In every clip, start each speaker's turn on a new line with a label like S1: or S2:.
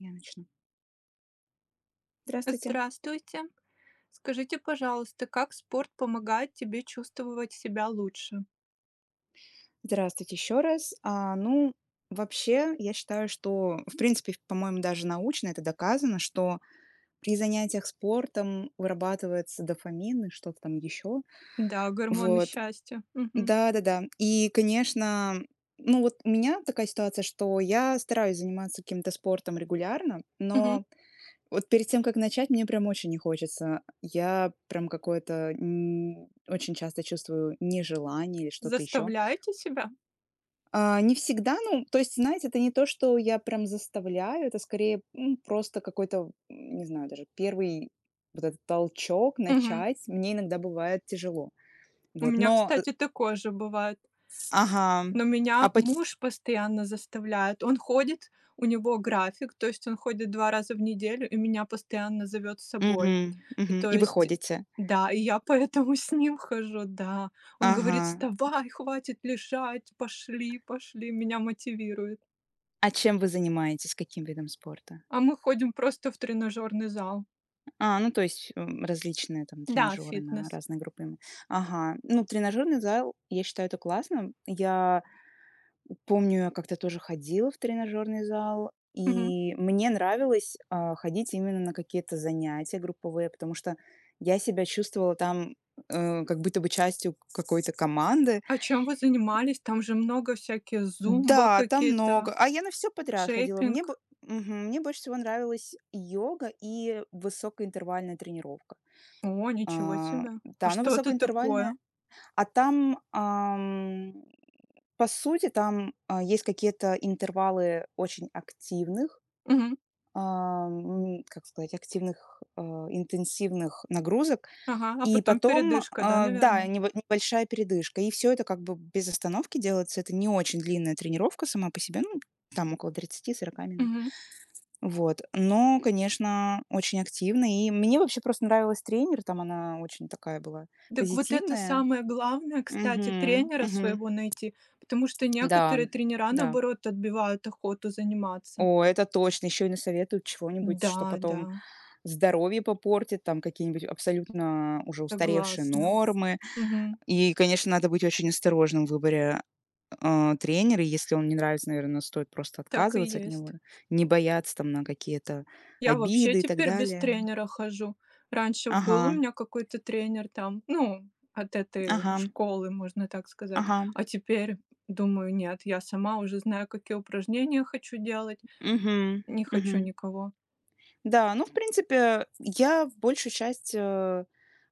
S1: Я начну. Здравствуйте.
S2: Здравствуйте. Скажите, пожалуйста, как спорт помогает тебе чувствовать себя лучше?
S1: Здравствуйте еще раз. Вообще, я считаю, что, в принципе, по-моему, даже научно это доказано, что при занятиях спортом вырабатывается дофамин и что-то там еще.
S2: Да, гормоны
S1: Вот.
S2: счастья. Мгм.
S1: Да-да-да. И, конечно, ну вот у меня такая ситуация, что я стараюсь заниматься каким-то спортом регулярно,
S2: Мгм.
S1: но вот перед тем, как начать, мне прям очень не хочется. Я прям какое-то очень часто чувствую нежелание или что-то еще.
S2: Заставляете себя?
S1: А, не всегда, ну, то есть, знаете, это не то, что я прям заставляю, это скорее, просто какой-то, не знаю, даже первый вот этот толчок
S2: Мгм.
S1: начать. Мне иногда бывает тяжело.
S2: У
S1: Вот,
S2: меня,
S1: но э,
S2: кстати, такое же бывает.
S1: ага.
S2: Но
S1: А
S2: меня
S1: поч
S2: муж постоянно заставляет. Он ходит, у него график, то есть он ходит 2 раза в неделю и меня постоянно зовет с собой.
S1: Мгм,
S2: И
S1: мгм.
S2: то
S1: И
S2: есть,
S1: выходите.
S2: да, и я поэтому с ним хожу, да. Он говорит:
S1: Ага.
S2: "Вставай, хватит лежать, пошли, пошли". Меня мотивирует.
S1: А чем вы занимаетесь? Каким видом спорта?
S2: А мы ходим просто в тренажерный зал.
S1: Ну, то есть, различные там
S2: Да,
S1: тренажеры на
S2: фитнес.
S1: разные группы. Ага. Ну, тренажерный зал, я считаю, это классно. Я Помню, я как-то тоже ходила в тренажерный зал,
S2: Мгм.
S1: и мне нравилось, ходить именно на какие-то занятия групповые, потому что я себя чувствовала там, как будто бы частью какой-то команды.
S2: А чем вы занимались? Там же много всяких зумба
S1: Да, там
S2: какие-то,
S1: много. А я на все подряд ходила. Мне бо
S2: шейпинг.
S1: Мгм, мне больше всего нравилась йога и высокоинтервальная тренировка.
S2: О, ничего
S1: А,
S2: себе. А
S1: да, ну,
S2: что это
S1: высокоинтервальная.
S2: такое?
S1: А там, ам, по сути, там, есть какие-то интервалы очень активных, как сказать, активных, интенсивных нагрузок.
S2: Ага, а
S1: И
S2: потом
S1: потом,
S2: передышка, да,
S1: да,
S2: наверное?
S1: небольшая передышка. И все это как бы без остановки делается. Это не очень длинная тренировка сама по себе, ну, там около 30–40 минут.
S2: Мгм.
S1: Вот. Но, конечно, очень активно. И мне вообще просто нравилась тренер, там она очень такая была
S2: Так вот это
S1: позитивная.
S2: самое главное, кстати,
S1: Мгм.
S2: тренера
S1: Мгм.
S2: своего найти, потому что
S1: Да,
S2: некоторые тренера,
S1: да.
S2: наоборот, отбивают охоту заниматься.
S1: О, это точно. Еще и насоветуют чего-нибудь, что
S2: Да, да,
S1: потом здоровье попортит, там какие-нибудь абсолютно уже устаревшие
S2: согласна.
S1: нормы.
S2: Мгм.
S1: И, конечно, надо быть очень осторожным в выборе, тренера. Если он не нравится, наверное, стоит просто
S2: Так и
S1: отказываться от него,
S2: есть.
S1: не бояться там на какие-то
S2: Я вообще
S1: обиды и так
S2: теперь без
S1: далее.
S2: тренера хожу. Раньше был у
S1: Ага,
S2: меня какой-то тренер там, ну, от этой
S1: ага,
S2: школы, можно так сказать.
S1: ага.
S2: А теперь думаю: нет, я сама уже знаю, какие упражнения хочу делать,
S1: Угу,
S2: не хочу
S1: угу.
S2: никого.
S1: Да, ну, в принципе, я в большую часть,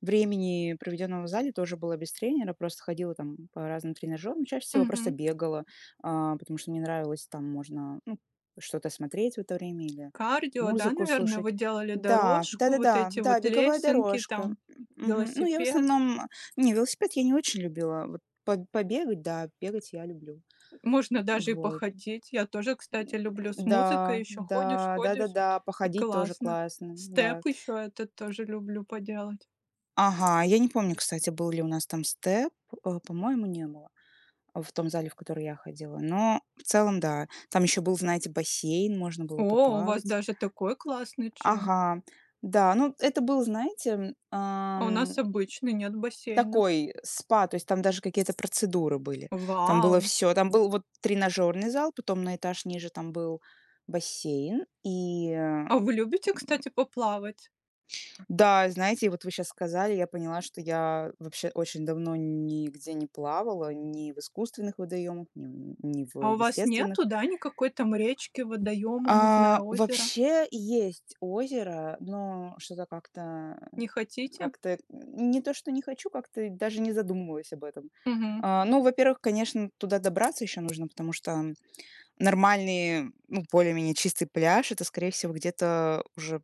S1: времени, проведенного в зале, тоже была без тренера. Просто ходила там по разным тренажерам. Чаще всего просто
S2: Мгм.
S1: бегала, потому что мне нравилось, там можно, ну, что-то смотреть в это время или
S2: Кардио, да,
S1: музыку
S2: наверное, вы
S1: слушать.
S2: делали
S1: Да,
S2: дорожку, вот
S1: да-да-да, да,
S2: эти
S1: да, да,
S2: вот
S1: беговая
S2: лесенки,
S1: дорожка.
S2: там,
S1: Мгм. Ну, я в
S2: велосипед.
S1: основном не, велосипед я не очень любила. Вот по побегать, да, бегать я люблю.
S2: Можно даже и
S1: Вот.
S2: походить. Я тоже, кстати, люблю с музыкой.
S1: Да,
S2: Еще ходишь,
S1: да,
S2: ходишь,
S1: да-да-да,
S2: и
S1: походить тоже
S2: классно.
S1: классно, да.
S2: Степ еще этот тоже люблю поделать.
S1: Ага, я не помню, кстати, был ли у нас там степ. По-моему, не было в том зале, в который я ходила. Но в целом, да. Там еще был, знаете, бассейн, можно было
S2: О, у вас
S1: поплавать.
S2: даже такой классный джим.
S1: Ага. Да, ну это был, знаете,
S2: А у нас обычный, нет бассейна.
S1: такой спа, то есть там даже какие-то процедуры были.
S2: Вау!
S1: Там был вот тренажерный зал, потом на этаж ниже там был бассейн и.
S2: А вы любите, кстати, поплавать?
S1: Да, знаете, вот вы сейчас сказали, я поняла, что я вообще очень давно нигде не плавала, ни в искусственных водоемах, ни в
S2: А у вас
S1: естественных.
S2: нету, да, никакой там речки, водоема, не знаю, озера?
S1: Вообще есть озеро, но что-то как-то
S2: Не хотите?
S1: как-то не то, что не хочу, как-то даже не задумывалась об этом.
S2: Мгм.
S1: Ну, во-первых, конечно, туда добраться еще нужно, потому что нормальный, ну, более-менее чистый пляж — это, скорее всего, где-то уже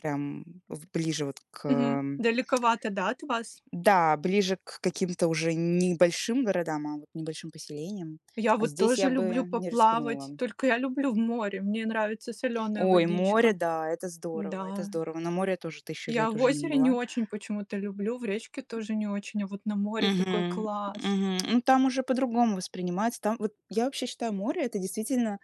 S1: прям в ближе вот к.
S2: Мгм. Далековато, да, от вас?
S1: Да, ближе к каким-то уже небольшим городам, а вот небольшим поселениям.
S2: Я
S1: А
S2: вот
S1: здесь
S2: тоже
S1: я бы
S2: люблю
S1: не
S2: поплавать,
S1: рискнула.
S2: только я люблю в море, мне нравится соленая
S1: Ой, море,
S2: водичка.
S1: да, это здорово, это
S2: Да,
S1: здорово. На море я тоже тысячу
S2: я
S1: лет
S2: в
S1: уже не
S2: озере не
S1: была.
S2: очень почему-то люблю, в речке тоже не очень, а вот на море такой
S1: Мгм,
S2: класс.
S1: мгм. Ну, там уже по-другому воспринимается. Там вот я вообще считаю, море — это действительно.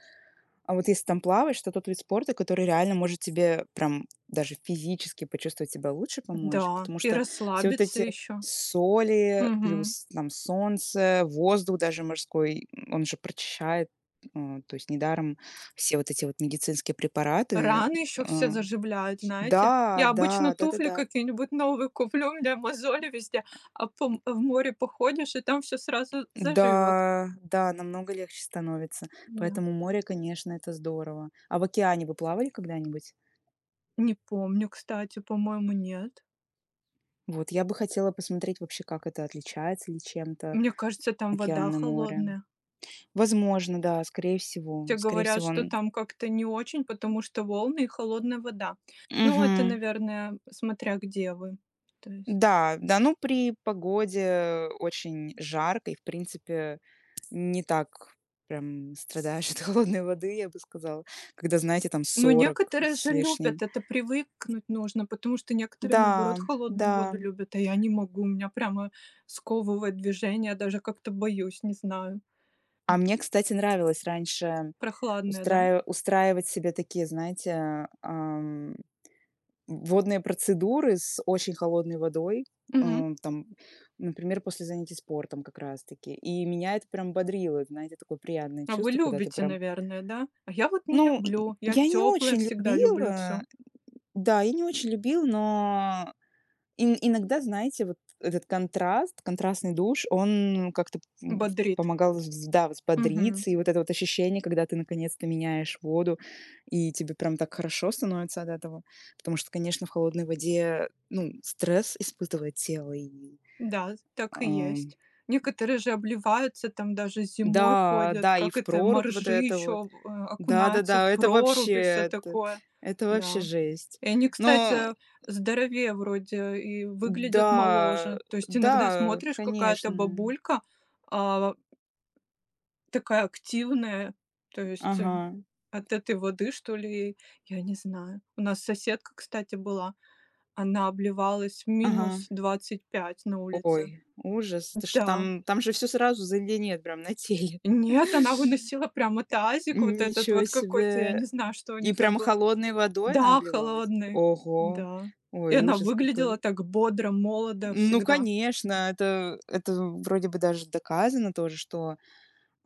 S1: А вот если там плаваешь, то тот вид спорта, который реально может тебе прям даже физически почувствовать себя лучше, помочь.
S2: Да,
S1: Потому
S2: и
S1: что все вот
S2: расслабиться
S1: эти
S2: еще.
S1: соли,
S2: Мгм.
S1: плюс там солнце, воздух даже морской, он же прочищает. То есть недаром все вот эти вот медицинские препараты.
S2: Раны еще все
S1: а,
S2: заживляют, знаете.
S1: Да,
S2: Я обычно
S1: да, да, да,
S2: туфли
S1: да.
S2: какие-нибудь новые куплю, у меня мозоли везде, в море походишь, и там все сразу заживет.
S1: Да, да, намного легче становится.
S2: Да.
S1: Поэтому море, конечно, это здорово. А в океане вы плавали когда-нибудь?
S2: Не помню, кстати, по-моему, нет.
S1: Вот, я бы хотела посмотреть вообще, как это отличается ли чем-то
S2: Мне кажется, там вода
S1: океан и море.
S2: холодная.
S1: Возможно, да, скорее всего.
S2: Те
S1: Скорее
S2: говорят,
S1: всего,
S2: что
S1: он.
S2: там как-то не очень, потому что волны и холодная вода. Ну, это,
S1: Мгм.
S2: наверное, смотря где вы. То есть.
S1: Да, да, ну, при погоде очень жарко и, в принципе, не так прям страдаешь от холодной воды, я бы сказала, когда, знаете, там
S2: Ну,
S1: 40
S2: некоторые
S1: с
S2: же любят,
S1: лишним.
S2: это привыкнуть нужно, потому что некоторые, наоборот,
S1: Да,
S2: холодную
S1: да.
S2: воду любят, а я не могу, у меня прямо сковывает движение, даже как-то боюсь, не знаю.
S1: А мне, кстати, нравилось раньше
S2: Прохладная, да?
S1: устраивать себе такие, знаете, водные процедуры с очень холодной водой, э,
S2: Мгм.
S1: там, например, после занятий спортом как раз-таки. И меня это прям бодрило, знаете, такое приятное
S2: А вы
S1: чувство, когда ты
S2: любите,
S1: прям.
S2: наверное, да? А я вот не
S1: Ну, и-
S2: люблю, я
S1: я не
S2: теплая
S1: очень
S2: всегда люблю
S1: любила,
S2: все.
S1: да, я не очень любила, но Ин иногда, знаете, вот этот контраст, контрастный душ, он как-то,
S2: Бодрит.
S1: помогал вз да,
S2: Мгм.
S1: взбодриться. И вот это вот ощущение, когда ты наконец-то меняешь воду, и тебе прям так хорошо становится от этого. Потому что, конечно, в холодной воде, ну, стресс испытывает тело
S2: Да, так и
S1: ам,
S2: есть. Некоторые же обливаются, там даже зимой
S1: да,
S2: ходят,
S1: да, и
S2: как
S1: в
S2: это,
S1: прорубь вот
S2: моржи
S1: это вот.
S2: еще окунаются в
S1: Да-да-да,
S2: прорубь и все
S1: это
S2: такое.
S1: это вообще
S2: Да.
S1: жесть.
S2: И они,
S1: Но
S2: кстати, здоровее вроде и выглядят
S1: да,
S2: моложе. То есть иногда
S1: да,
S2: смотришь, какая-то
S1: конечно.
S2: бабулька а, такая активная, то есть
S1: Ага.
S2: от этой воды, что ли, я не знаю. У нас соседка, кстати, была, она обливалась в минус
S1: Ага.
S2: двадцать пять на улице.
S1: Ой, ужас. Это ж
S2: Да.
S1: там там же все сразу заледенеет прям на теле.
S2: Нет, она выносила прямо тазик вот этот
S1: Ничего
S2: вот какой-то, я
S1: себе.
S2: не знаю, что у нее
S1: И
S2: там
S1: прямо
S2: был.
S1: холодной водой она
S2: Да,
S1: обливалась?
S2: холодный.
S1: Ого.
S2: Да. И
S1: Ой,
S2: она
S1: ужас
S2: выглядела
S1: какой.
S2: так бодро, молодо
S1: Ну,
S2: всегда.
S1: конечно, это вроде бы даже доказано тоже, что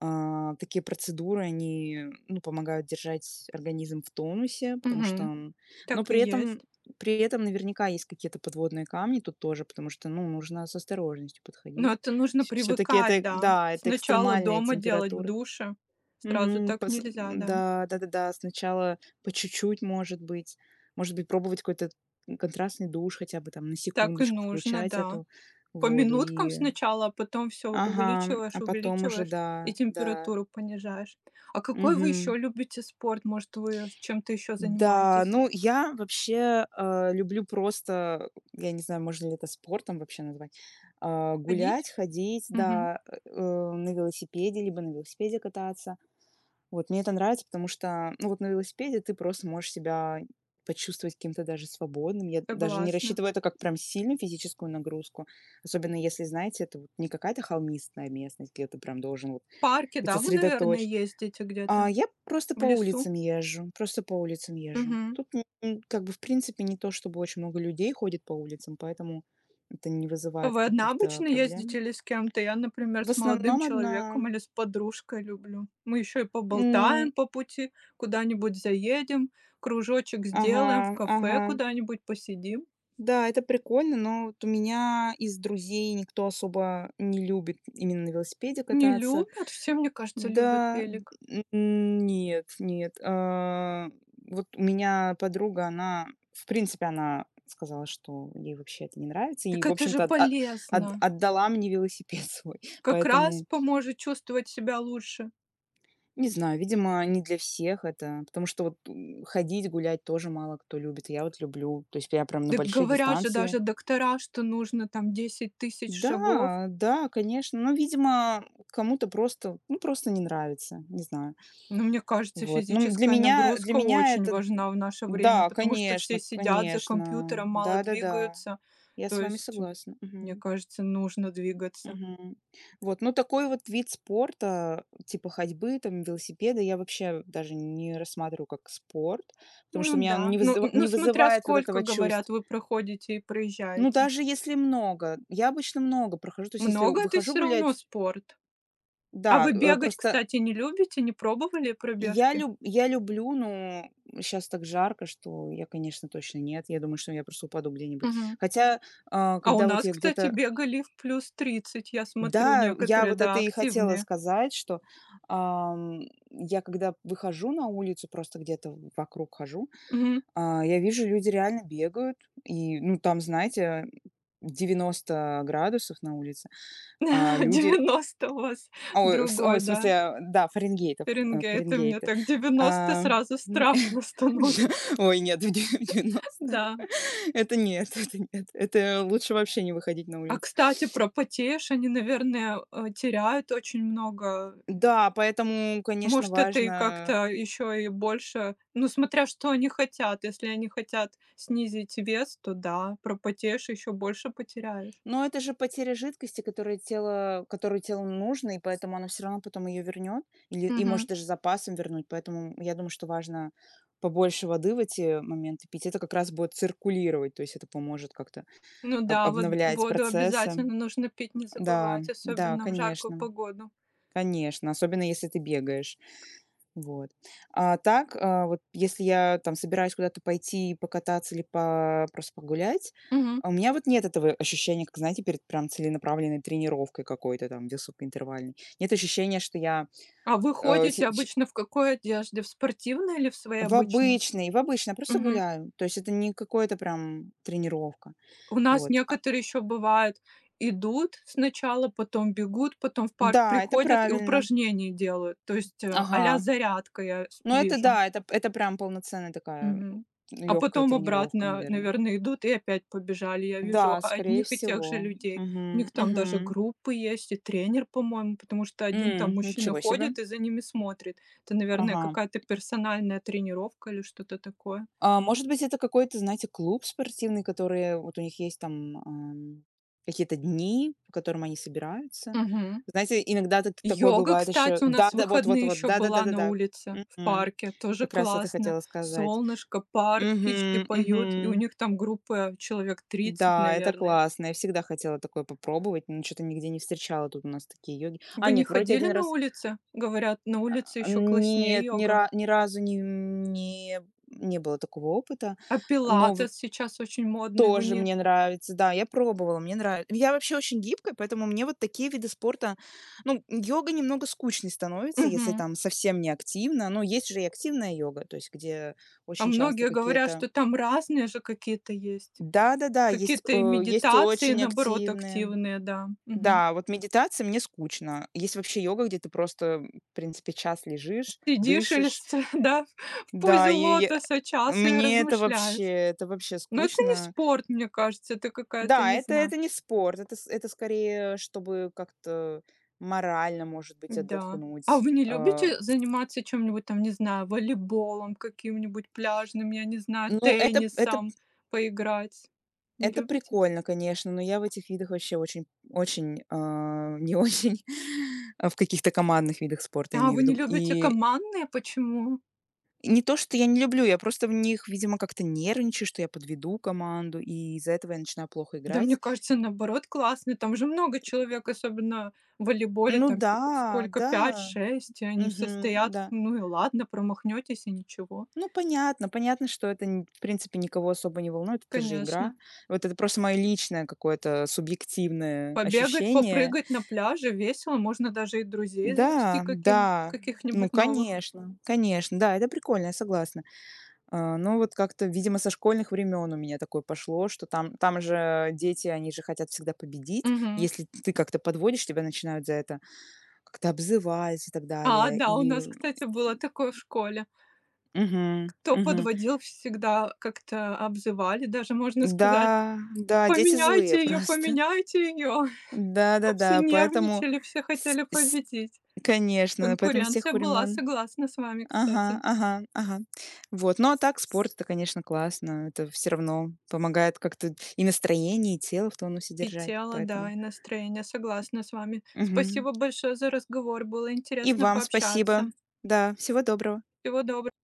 S1: Такие процедуры, они, ну, помогают держать организм в тонусе, потому что
S2: Мгм.
S1: он но
S2: Так и
S1: при этом
S2: есть.
S1: наверняка есть какие-то подводные камни тут тоже, потому что, ну, нужно с осторожностью
S2: Но
S1: подходить.
S2: это нужно
S1: Все таки
S2: привыкать,
S1: это,
S2: да.
S1: да, это
S2: Сначала
S1: экстремальные
S2: дома делать, в
S1: температуры.
S2: душе. Сразу
S1: Мгм.
S2: так
S1: Пос
S2: нельзя, да.
S1: Да, да-да-да, сначала по чуть-чуть, может быть. Может быть, пробовать какой-то контрастный душ хотя бы там на
S2: Так и
S1: секундочку
S2: нужно,
S1: включать
S2: да.
S1: эту
S2: По
S1: воду
S2: минуткам
S1: и
S2: сначала, а потом все
S1: Ага,
S2: увеличиваешь,
S1: а потом уже,
S2: увеличиваешь и
S1: да, да.
S2: температуру понижаешь. А какой вы еще
S1: Мгм.
S2: любите спорт? Может, вы чем-то еще
S1: Да,
S2: занимаетесь?
S1: ну, я вообще, люблю просто, я не знаю, можно ли это спортом вообще назвать,
S2: Ходить?
S1: гулять, ходить,
S2: Мгм.
S1: да, на велосипеде, либо на велосипеде кататься. Вот, мне это нравится, потому что, ну, вот на велосипеде ты просто можешь себя почувствовать каким-то даже свободным. Я даже не
S2: Согласна.
S1: рассчитываю это как прям сильную физическую нагрузку, особенно если, знаете, это вот не какая-то холмистая местность, где ты прям должен вот
S2: В парке,
S1: быть
S2: да, вы, наверное,
S1: сосредоточен.
S2: ездите где-то?
S1: Я просто
S2: В
S1: по
S2: лесу?
S1: улицам езжу, просто по улицам езжу.
S2: Мгм.
S1: Тут, как бы, в принципе, не то чтобы очень много людей ходит по улицам, поэтому это не
S2: А
S1: вызывает
S2: вы одна
S1: каких-то
S2: обычно ездите
S1: проблем.
S2: или с кем-то? Я, например,
S1: В
S2: с молодым
S1: основном одна.
S2: человеком или с подружкой люблю. Мы еще и поболтаем
S1: М,
S2: по пути, куда-нибудь заедем, кружочек
S1: ага,
S2: сделаем, в
S1: ага.
S2: кафе куда-нибудь посидим.
S1: Да, это прикольно, но вот у меня из друзей никто особо не любит именно на велосипеде
S2: Не
S1: кататься.
S2: любят? Все, мне кажется, любят
S1: Да,
S2: велик.
S1: н нет, нет. Вот у меня подруга, она, в принципе, она сказала, что ей вообще это не нравится, и,
S2: Так
S1: в
S2: это же
S1: общем-то, от
S2: полезно.
S1: отдала мне велосипед свой.
S2: Как раз
S1: Поэтому,
S2: поможет чувствовать себя лучше.
S1: не знаю, видимо, не для всех это, потому что вот, ходить, гулять тоже мало кто любит. Я вот люблю, то есть я прям на
S2: Дак
S1: большие
S2: говорят же
S1: дистанции.
S2: даже доктора, что нужно там 10 000 шагов.
S1: Да, да, конечно, но, видимо, кому-то просто, ну, просто не нравится, не знаю.
S2: Но мне кажется,
S1: Вот, ну,
S2: физическая
S1: для
S2: нагрузка
S1: меня
S2: очень
S1: это.
S2: важна в наше время,
S1: Да,
S2: потому что все
S1: конечно,
S2: сидят за
S1: конечно.
S2: компьютером, мало
S1: Да-да-да,
S2: двигаются.
S1: я с
S2: То
S1: вами
S2: есть,
S1: согласна.
S2: мне
S1: Мгм.
S2: кажется, нужно двигаться.
S1: Мгм. Вот, ну, такой вот вид спорта, типа ходьбы, там, велосипеда, я вообще даже не рассматриваю как спорт, потому
S2: Ну
S1: что у меня он
S2: да,
S1: не вызыва
S2: ну
S1: не
S2: смотря
S1: вызывает вот
S2: сколько,
S1: этого
S2: говорят,
S1: чувств.
S2: вы проходите и
S1: Ну,
S2: проезжаете.
S1: даже если много, я обычно много прохожу, то есть если
S2: Много — это
S1: выхожу
S2: все равно
S1: гулять,
S2: спорт. А
S1: да,
S2: вы бегать,
S1: просто.
S2: кстати, не любите? Не пробовали пробежки?
S1: Я люблю, но сейчас так жарко, что я, конечно, точно нет. Я думаю, что я просто упаду где-нибудь.
S2: Мгм.
S1: Хотя,
S2: А у
S1: когда вот
S2: нас,
S1: я
S2: кстати,
S1: где-то.
S2: бегали в +30. Я смотрю,
S1: Да, я
S2: некоторые,
S1: вот это
S2: да,
S1: и хотела
S2: активные.
S1: сказать, что, ам, я когда выхожу на улицу, просто где-то вокруг хожу,
S2: Мгм.
S1: я вижу, люди реально бегают. И, ну, там, знаете, 90 градусов на улице, а люди.
S2: 90 у вас другой,
S1: Ой, в
S2: да,
S1: смысле, да, Фаренгейтов,
S2: Фаренгейт. И мне
S1: Фаренгейты.
S2: так 90
S1: А, м,
S2: сразу страшно становится.
S1: да. Ой, нет, в 90.
S2: Да.
S1: Это нет, это нет. Это лучше вообще не выходить на
S2: А,
S1: улицу.
S2: кстати, про потеешь, они, наверное, теряют очень много.
S1: Да, поэтому, конечно,
S2: Может, это и
S1: важно
S2: как-то еще и больше, ну, смотря что они хотят. Если они хотят снизить вес, то да, пропотеешь, еще больше потеряешь.
S1: но это же потеря жидкости, которая тело которую телу нужно, и поэтому оно все равно потом ее вернет или и может даже запасом вернуть. Поэтому я думаю, что важно побольше воды в эти моменты пить. Это как раз будет циркулировать, то есть это поможет как-то.
S2: Ну
S1: Об
S2: да, вот
S1: Обновлять
S2: воду
S1: процессы.
S2: обязательно нужно пить, не
S1: Да,
S2: забывать,
S1: да,
S2: особенно в жаркую
S1: конечно,
S2: погоду.
S1: конечно, особенно если ты бегаешь. Вот. А так, вот если я там собираюсь куда-то пойти покататься или по просто погулять,
S2: Мгм.
S1: а у меня вот нет этого ощущения, как, знаете, перед прям целенаправленной тренировкой какой-то там, высокоинтервальной. Нет ощущения, что я,
S2: А вы
S1: э, се
S2: ходите
S1: ч
S2: обычно в какой одежде? В спортивной или в своей
S1: в
S2: обычной?
S1: обычной, я просто
S2: Мгм.
S1: гуляю. То есть это не какое-то прям тренировка.
S2: У нас
S1: Вот.
S2: некоторые еще бывают, идут сначала, потом бегут, потом в парк
S1: Да, это
S2: приходят и
S1: правильно.
S2: упражнения делают. То есть, а-ля
S1: Ага.
S2: зарядка, я с
S1: Ну, это
S2: вижу.
S1: да, это прям полноценная такая,
S2: Мгм. А
S1: легкая
S2: потом
S1: тренировка,
S2: обратно,
S1: наверное.
S2: наверное, идут и опять побежали. Я вижу
S1: Да, скорее
S2: одних и тех же
S1: всего.
S2: людей. У
S1: Мгм,
S2: них там даже
S1: мгм.
S2: группы есть и тренер, по-моему, потому что один там мужчина
S1: Ничего себе.
S2: ходит и за ними смотрит. Это, наверное,
S1: Ага.
S2: какая-то персональная тренировка или что-то такое.
S1: А может быть, это какой-то, знаете, клуб спортивный, который вот у них есть там, какие-то дни, по которым они собираются?
S2: Мгм.
S1: Знаете, иногда так такое
S2: Йога,
S1: бывает еще.
S2: кстати, у нас в
S1: Да-да, вот вот
S2: выходные
S1: вот,
S2: еще была на
S1: да-да-да-да-да.
S2: улице, в
S1: Мгм.
S2: парке. Тоже
S1: Как раз это
S2: классно.
S1: хотела сказать.
S2: Солнышко, парк, птички
S1: Угу,
S2: поют. И у
S1: мгм.
S2: них там группа человек 30,
S1: Да, это
S2: наверное.
S1: классно. Я всегда хотела такое попробовать, но что то нигде не встречала тут у нас такие йоги. А,
S2: Вы не
S1: нет, вроде
S2: ходили
S1: один
S2: на
S1: раз
S2: улице? Говорят, на улице еще класснее йога.
S1: ни разу не не было такого опыта,
S2: А
S1: но в
S2: пилатес сейчас очень модный, вы
S1: тоже
S2: не —
S1: мне нравится. Да, я пробовала, мне нравится. Я вообще очень гибкая, поэтому мне вот такие виды спорта ну, йога немного скучной становится, если
S2: мгм.
S1: там совсем не активно. Но есть же и активная йога, то есть где
S2: А
S1: очень часто
S2: многие говорят,
S1: какие-то.
S2: что там разные же какие-то есть.
S1: Да-да-да, есть,
S2: Какие-то и
S1: есть
S2: медитации,
S1: очень
S2: наоборот,
S1: активные.
S2: активные, да. Мгм.
S1: Да, вот медитация мне скучно. Есть вообще йога, где ты просто, в принципе, час лежишь,
S2: Сидишь или
S1: дышишь.
S2: с да, в
S1: Да,
S2: позе
S1: и я
S2: лотоса час и
S1: Мне
S2: размышляешь.
S1: это вообще
S2: Но это не
S1: скучно.
S2: спорт, мне кажется, это какая-то,
S1: Да,
S2: не знаю.
S1: это не спорт, это с это скорее, чтобы как-то морально, может быть,
S2: Да. А
S1: отдохнуть.
S2: вы не любите заниматься чем-нибудь там, не знаю, волейболом каким-нибудь пляжным, я не знаю,
S1: Ну,
S2: теннисом поиграть? Не
S1: это
S2: любите?
S1: прикольно, конечно, но я в этих видах вообще очень очень, не очень, в каких-то командных видах спорта, я
S2: А
S1: имею в
S2: вы не
S1: виду.
S2: любите
S1: И
S2: командные? Почему?
S1: не то, что я не люблю, я просто в них, видимо, как-то нервничаю, что я подведу команду, и из-за этого я начинаю плохо
S2: Да мне
S1: играть.
S2: кажется, наоборот, классно. Там же много человек, особенно в волейболе,
S1: Ну
S2: там
S1: да,
S2: сколько,
S1: да,
S2: пять шесть, и они все
S1: мгм,
S2: стоят.
S1: да.
S2: Ну и ладно, промахнетесь и ничего.
S1: Ну, понятно, понятно, что это, в принципе, никого особо не волнует, это же
S2: Конечно.
S1: игра. Вот это просто мое личное какое-то субъективное
S2: Побегать,
S1: ощущение.
S2: попрыгать на пляже весело, можно даже и друзей завести
S1: Да,
S2: каким,
S1: да, ну,
S2: каких-нибудь новых.
S1: конечно, конечно, да, это прикольно, я согласна. Ну, вот как-то, видимо, со школьных времен у меня такое пошло, что там, там же дети, они же хотят всегда победить.
S2: Мгм.
S1: Если ты как-то подводишь, тебя начинают за это как-то обзывать и так
S2: А,
S1: далее.
S2: да, у
S1: И
S2: нас, кстати, было такое в школе.
S1: мгм,
S2: Кто
S1: мгм.
S2: подводил, всегда как-то обзывали, даже можно сказать:
S1: Да, да, дети злые
S2: "Поменяйте ее,
S1: просто.
S2: поменяйте ее". Все
S1: Да-да-да, поэтому
S2: нервничали, все хотели
S1: с
S2: победить.
S1: конечно, поэтому с тех
S2: Конкуренция была,
S1: времен.
S2: согласна с вами,
S1: Ага,
S2: кстати.
S1: ага, ага. Вот. Ну, а так спорт — это, конечно, классно. Это все равно помогает как-то и настроение, и тело в тонусе
S2: И
S1: держать,
S2: тело, да,
S1: поэтому.
S2: и настроение, согласна с вами.
S1: Мгм.
S2: Спасибо большое за разговор, было
S1: И
S2: интересно
S1: вам спасибо.
S2: пообщаться.
S1: Да, всего доброго.
S2: Всего доброго.